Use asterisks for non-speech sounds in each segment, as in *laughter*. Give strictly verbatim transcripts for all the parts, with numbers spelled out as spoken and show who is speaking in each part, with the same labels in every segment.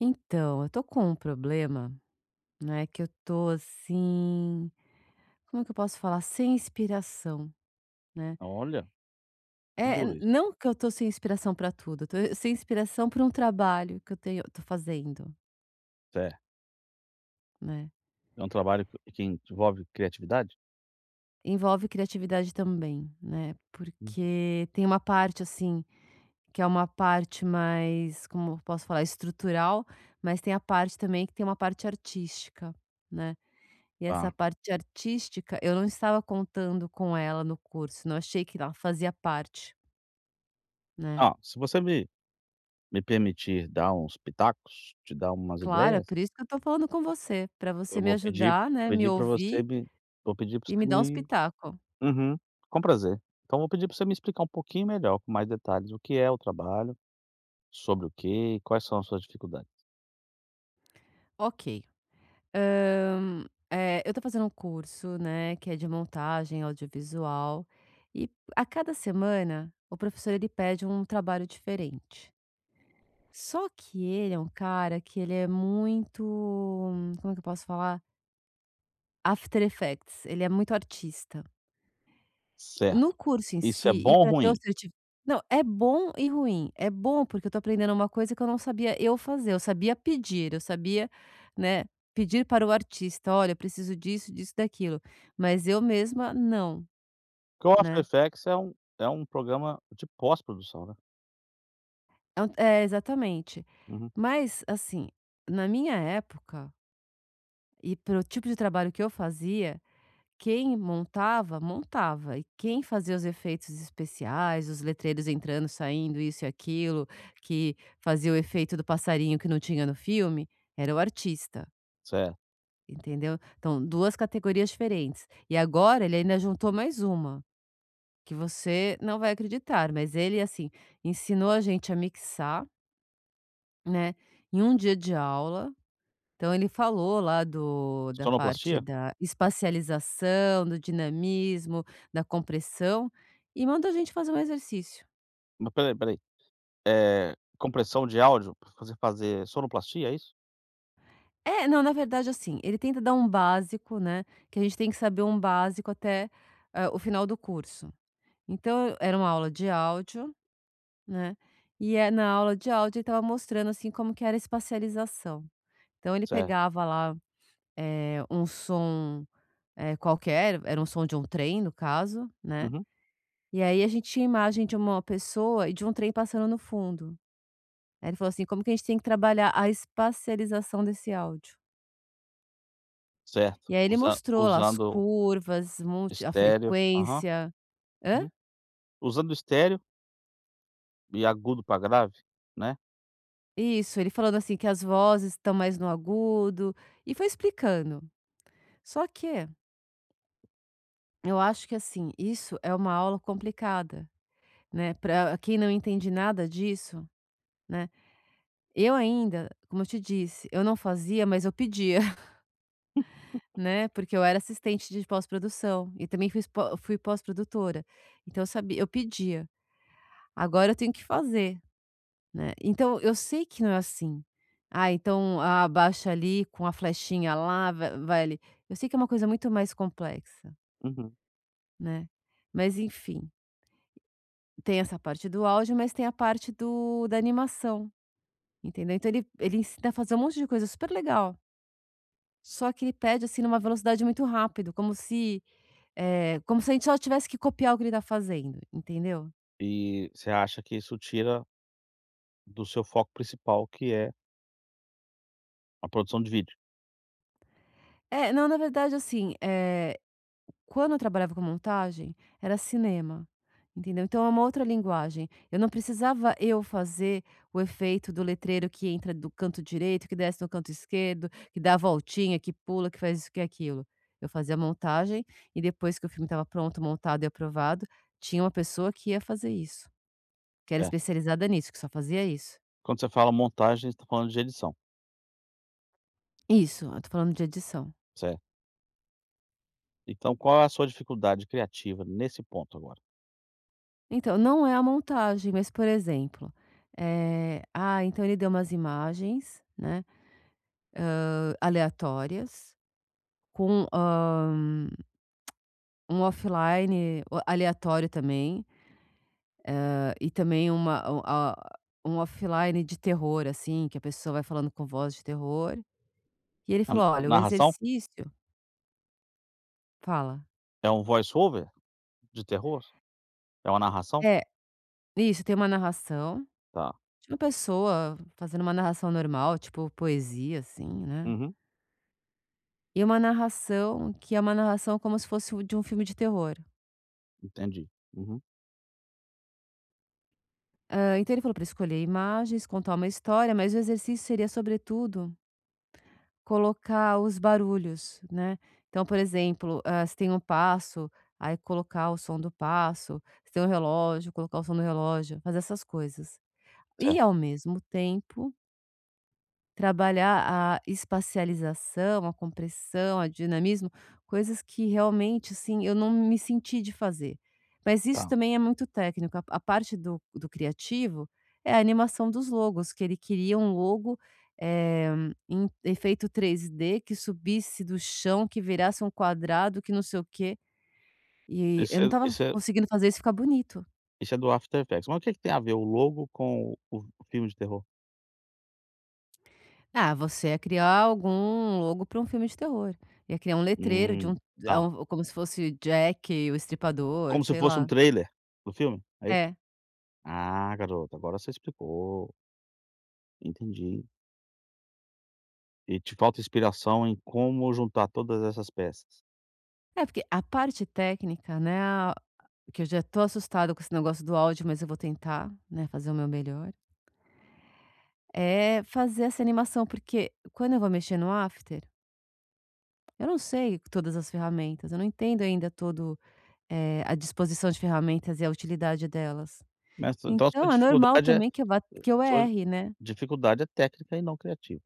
Speaker 1: Então, eu tô com um problema, né, que eu tô assim, como é que eu posso falar? Sem inspiração, né?
Speaker 2: Olha, é
Speaker 1: É, n-
Speaker 2: duro isso.
Speaker 1: não que eu tô sem inspiração pra tudo, eu tô eh, sem inspiração para um trabalho que eu tenho, tô fazendo,
Speaker 2: É,
Speaker 1: né?
Speaker 2: é um trabalho que que envolve criatividade?
Speaker 1: Envolve criatividade também, né?
Speaker 2: Uhum.
Speaker 1: Porque tem uma parte assim, que é uma parte mais, como eu posso falar, estrutural, mas tem a parte também que tem uma parte artística, né? E essa
Speaker 2: Tá.
Speaker 1: parte artística, eu não estava contando com ela no curso, não achei que ela fazia parte, né.
Speaker 2: Ah, se você me me permitir dar uns pitacos, te dar umas
Speaker 1: Claro, é
Speaker 2: ideias,
Speaker 1: por isso que eu estou falando com você, pra você
Speaker 2: eu
Speaker 1: me
Speaker 2: vou pedir
Speaker 1: ajudar, né, me
Speaker 2: pedir para você
Speaker 1: ouvir
Speaker 2: me vou pedir para
Speaker 1: e me
Speaker 2: você
Speaker 1: dar uns
Speaker 2: me
Speaker 1: pitaco.
Speaker 2: uhum, com prazer. Então vou pedir para você me explicar um pouquinho melhor, com mais detalhes, o que é o trabalho, sobre o que, quais são as suas dificuldades.
Speaker 1: Ok, hã, eh, eu estou fazendo um curso, né, que é de montagem audiovisual e a cada semana o professor ele pede um trabalho diferente. Só que ele é um cara que ele é muito, como é que eu posso falar? After Effects, ele é muito artista. No
Speaker 2: Certo.
Speaker 1: curso em
Speaker 2: Isso é
Speaker 1: si, e
Speaker 2: bom ou
Speaker 1: para ter o
Speaker 2: ruim?
Speaker 1: certi não, é bom e ruim. É bom, porque eu tô aprendendo uma coisa que eu não sabia eu fazer, eu sabia pedir, eu sabia, né, pedir para o artista: "Olha, eu preciso disso, disso, daquilo", mas eu mesma não,
Speaker 2: Porque o After
Speaker 1: né.
Speaker 2: Effects é um é um programa de pós-produção, né.
Speaker 1: É um é, exatamente.
Speaker 2: Uhum,
Speaker 1: Mas, assim, na minha época, e para o tipo de trabalho que eu fazia, quem montava, montava. E quem fazia os efeitos especiais, os letreiros entrando, saindo, isso e aquilo, que fazia o efeito do passarinho que não tinha no filme, era o artista,
Speaker 2: certo.
Speaker 1: entendeu? Então, duas categorias diferentes. E agora ele ainda juntou mais uma, que você não vai acreditar, mas ele, assim, ensinou a gente a mixar, né, em um dia de aula. Então ele falou lá do da parte
Speaker 2: Sonoplastia?
Speaker 1: da espacialização, do dinamismo, da compressão e manda a gente fazer um exercício.
Speaker 2: Mas peraí. aí, Eh, compressão de áudio pra você fazer sonoplastia, é isso?
Speaker 1: É, não, na verdade, assim, ele tenta dar um básico, né, que a gente tem que saber um básico até, hã, o final do curso. Então era uma aula de áudio, né, e, eh, na aula de áudio ele estava mostrando, assim, como que era a espacialização. Então ele
Speaker 2: Certo.
Speaker 1: pegava lá, eh, um som, eh, qualquer, era um som de um trem no caso, né.
Speaker 2: Uhum.
Speaker 1: E aí a gente tinha imagem de uma pessoa e de um trem passando no fundo. Aí ele falou assim: "Como que a gente tem que trabalhar a espacialização desse áudio?".
Speaker 2: Certo.
Speaker 1: E aí ele
Speaker 2: Usa
Speaker 1: mostrou lá as
Speaker 2: usando
Speaker 1: curvas, um a
Speaker 2: estéreo. Aham.
Speaker 1: frequência. Hã?
Speaker 2: Uhum. Usando estéreo e agudo pra grave, né.
Speaker 1: Isso, ele falando assim que as vozes estão mais no agudo, e foi explicando. Só que, eu acho que assim, isso é uma aula complicada, né, para quem não entende nada disso, né. Eu ainda, como eu te disse, eu não fazia, mas eu pedia. Né, porque eu era assistente de pós-produção e também fui pós fui pós-produtora, então eu sabia eu pedia, agora eu tenho que fazer, né. Então eu sei que não é assim, "Ah, então ah, abaixa ali com a flechinha lá, va vai ali", eu sei que é uma coisa muito mais complexa,
Speaker 2: Uhum.
Speaker 1: né. Mas enfim, tem essa parte do áudio, mas tem a parte do da animação, entendeu. Então ele ele ensina a fazer um monte de coisa super legal, só que ele pede, assim, numa velocidade muito rápida como se. É, como se a gente só tivesse que copiar o que ele tá fazendo, entendeu?
Speaker 2: E você acha que isso tira do seu foco principal, que é a produção de vídeo,
Speaker 1: É, não, na verdade, assim, eh, quando eu trabalhava com montagem, era cinema, entendeu? Então é uma outra linguagem. Eu não precisava eu fazer o efeito do letreiro que entra do canto direito, que desce no canto esquerdo, que dá a voltinha, que pula, que faz isso, que aquilo. Eu fazia a montagem e depois que o filme estava pronto, montado e aprovado, tinha uma pessoa que ia fazer isso, que era
Speaker 2: certo.
Speaker 1: especializada nisso, que só fazia isso.
Speaker 2: Quando você fala montagem, você tá falando de edição,
Speaker 1: Isso, eu tô falando de edição.
Speaker 2: certo. Então qual é a sua dificuldade criativa nesse ponto agora?
Speaker 1: Então, não é a montagem, mas, por exemplo, eh, ah, então ele deu umas imagens, né, hã, aleatórias com, hã, um offline o aleatório também, hã, e também uma um a um offline de terror, assim, que a pessoa vai falando com voz de terror. E ele
Speaker 2: A
Speaker 1: falou: "Olha, o
Speaker 2: narração?
Speaker 1: exercício" fala.
Speaker 2: É um voice over de terror? É uma narração?
Speaker 1: É, isso, tem uma narração
Speaker 2: Tá.
Speaker 1: de uma pessoa fazendo uma narração normal, tipo poesia, assim, né.
Speaker 2: Uhum.
Speaker 1: E uma narração que é uma narração como se fosse o de um filme de terror.
Speaker 2: Entendi. Uhum.
Speaker 1: Hã, então ele falou para escolher imagens, contar uma história, mas o exercício seria, sobretudo, colocar os barulhos, né. Então, por exemplo, hã, se tem um passo, aí colocar o som do passo, se tem um relógio, colocar o som do relógio, fazer essas coisas. E
Speaker 2: Certo.
Speaker 1: ao mesmo tempo trabalhar a espacialização, a compressão, a dinamismo, coisas que realmente, assim, eu não me senti de fazer. Mas isso
Speaker 2: Tá.
Speaker 1: também é muito técnico, a a parte do do criativo é a animação dos logos, que ele queria um logo, eh, em efeito três D que subisse do chão, que virasse um quadrado, que não sei o quê, e eu
Speaker 2: Isso
Speaker 1: não
Speaker 2: é
Speaker 1: estava
Speaker 2: isso é
Speaker 1: conseguindo fazer isso ficar bonito.
Speaker 2: isso é do After Effects. Mas o que é que tem a ver o logo com o o filme de terror?
Speaker 1: Ah, você ia criar algum logo para um filme de terror. Ia criar um letreiro de um
Speaker 2: Hum, tá.
Speaker 1: a um como se fosse Jack o Estripador,
Speaker 2: Como se
Speaker 1: sei
Speaker 2: fosse um
Speaker 1: lá.
Speaker 2: trailer do filme, é isso?
Speaker 1: É.
Speaker 2: Ah, garoto, agora você explicou. Entendi. E te falta inspiração em como juntar todas essas peças.
Speaker 1: É, porque a parte técnica, né, a que eu já tô assustada com esse negócio do áudio, mas eu vou tentar, né, fazer o meu melhor, é fazer essa animação, porque quando eu vou mexer no After, eu não sei todas as ferramentas, eu não entendo ainda todo, eh, a disposição de ferramentas e a utilidade delas.
Speaker 2: Mas então a sua
Speaker 1: Então é normal
Speaker 2: dificuldade é
Speaker 1: também que eu vá que eu
Speaker 2: sua
Speaker 1: erre, né.
Speaker 2: dificuldade é técnica e não criativa,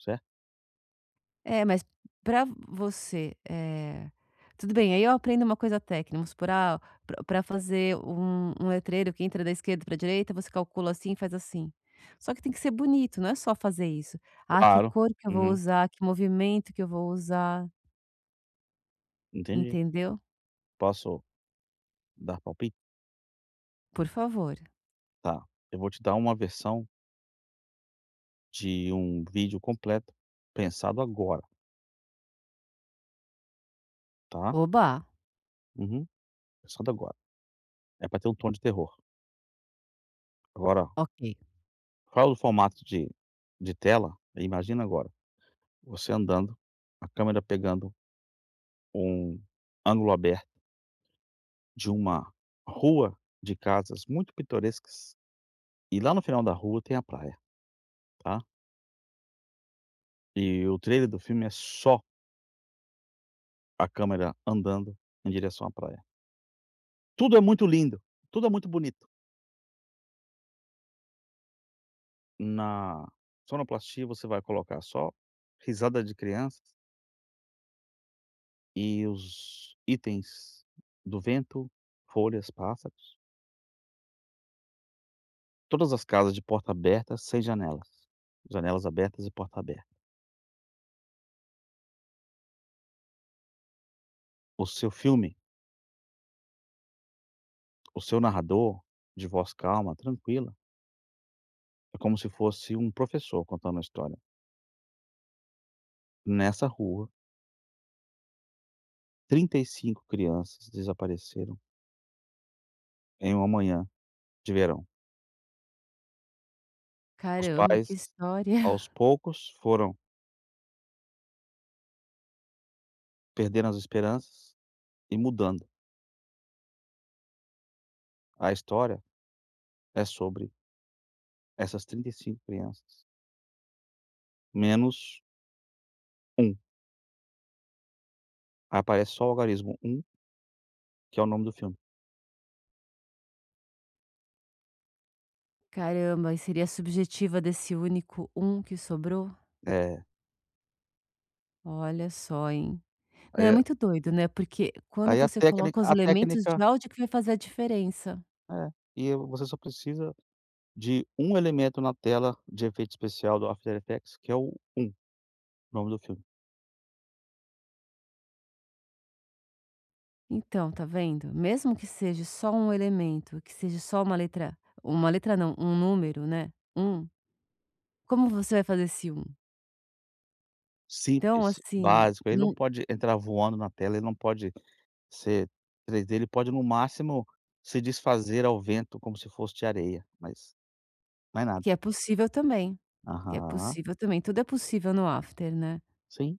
Speaker 2: certo?
Speaker 1: É, mas pra você, eh, tudo bem, aí eu aprendo uma coisa técnica, vamos supor, ah, pra pra fazer um um letreiro que entra da esquerda pra direita, você calcula assim e faz assim. Só que tem que ser bonito, não é só fazer isso. Ah, que
Speaker 2: Claro.
Speaker 1: cor que eu vou
Speaker 2: Uhum,
Speaker 1: usar, que movimento que eu vou usar,
Speaker 2: entendi.
Speaker 1: entendeu?
Speaker 2: Posso dar palpite?
Speaker 1: Por favor.
Speaker 2: Tá. Eu vou te dar uma versão de um vídeo completo pensado agora, tá?
Speaker 1: Oba!
Speaker 2: Uhum. Pensando agora, é pra ter um tom de terror. Agora,
Speaker 1: Ok.
Speaker 2: fala do formato de de tela, imagina agora, você andando, a câmera pegando um ângulo aberto de uma rua de casas muito pitorescas, e lá no final da rua tem a praia, tá. E o trailer do filme é só a câmera andando em direção à praia. Tudo é muito lindo, tudo é muito bonito. Na sonoplastia você vai colocar só risada de crianças. E os itens do vento, folhas, pássaros, todas as casas de porta aberta sem janelas, janelas abertas e porta aberta. O seu filme, o seu narrador, de voz calma, tranquila, é como se fosse um professor contando a história. Nessa rua, trinta e cinco crianças desapareceram em uma manhã de verão. Os
Speaker 1: Caramba, que
Speaker 2: pais,
Speaker 1: história.
Speaker 2: aos
Speaker 1: *laughs*
Speaker 2: poucos, foram perdendo as esperanças e mudando. A história é sobre essas trinta e cinco crianças, menos um. Aí aparece só o algarismo um, que é o nome do filme.
Speaker 1: Caramba, e seria subjetiva desse único um que sobrou?
Speaker 2: É,
Speaker 1: Olha só, hein. Não, é
Speaker 2: aí
Speaker 1: muito doido, né, porque quando
Speaker 2: aí a
Speaker 1: você coloca
Speaker 2: técnica
Speaker 1: os
Speaker 2: a
Speaker 1: elementos
Speaker 2: técnica
Speaker 1: de áudio que vai fazer a diferença.
Speaker 2: é, e você só precisa de um elemento na tela de efeito especial do After Effects, que é o um, nome do filme.
Speaker 1: Então, tá vendo? Mesmo que seja só um elemento, que seja só uma letra uma letra não, um número, né, um como você vai fazer esse um. Então,
Speaker 2: Simples,
Speaker 1: assim,
Speaker 2: básico, ele não
Speaker 1: não
Speaker 2: pode entrar voando na tela, ele não pode ser três d, ele pode no máximo se desfazer ao vento como se fosse de areia, mas mais nada.
Speaker 1: que é possível também, que é
Speaker 2: Aham,
Speaker 1: possível também, tudo é possível no after, né.
Speaker 2: sim,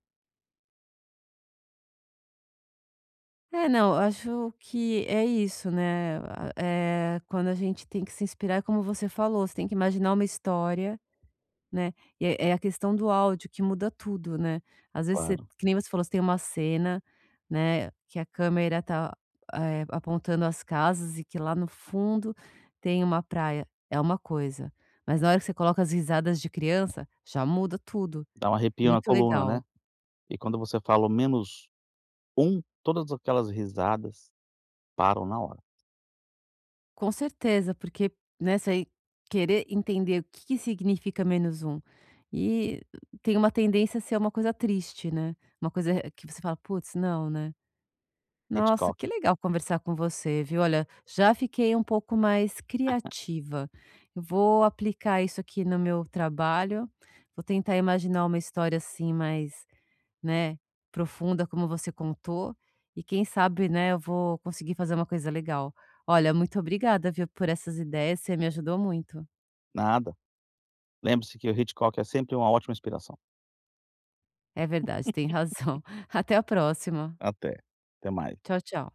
Speaker 1: É, não, eu acho que é isso, né, a eh, quando a gente tem que se inspirar, como você falou, você tem que imaginar uma história. Né, e é é a questão do áudio que muda tudo, né. Às vezes você
Speaker 2: claro.
Speaker 1: que nem você falou, você tem uma cena, né, que a câmera tá, eh, apontando as casas e que lá no fundo tem uma praia, é uma coisa, mas na hora que você coloca as risadas de criança, já muda tudo,
Speaker 2: Dá um arrepio na
Speaker 1: muito
Speaker 2: coluna,
Speaker 1: legal.
Speaker 2: né. E quando você fala o menos um, todas aquelas risadas param na hora.
Speaker 1: Com certeza, porque, né, você querer entender o que que significa menos um e tem uma tendência a ser uma coisa triste, né, uma coisa que você fala: "Putz, não, né". Nossa,
Speaker 2: Hitchcock.
Speaker 1: que legal conversar com você, viu? Olha, já fiquei um pouco mais criativa. Eu vou aplicar isso aqui no meu trabalho, vou tentar imaginar uma história assim mais, né, profunda, como você contou, e quem sabe, né, eu vou conseguir fazer uma coisa legal. Olha, muito obrigada, viu, por essas ideias, você me ajudou muito.
Speaker 2: Nada. Lembre-se que o Hitchcock é sempre uma ótima inspiração.
Speaker 1: É verdade, tem razão. *laughs* Até a próxima.
Speaker 2: Até, até mais.
Speaker 1: Tchau, tchau.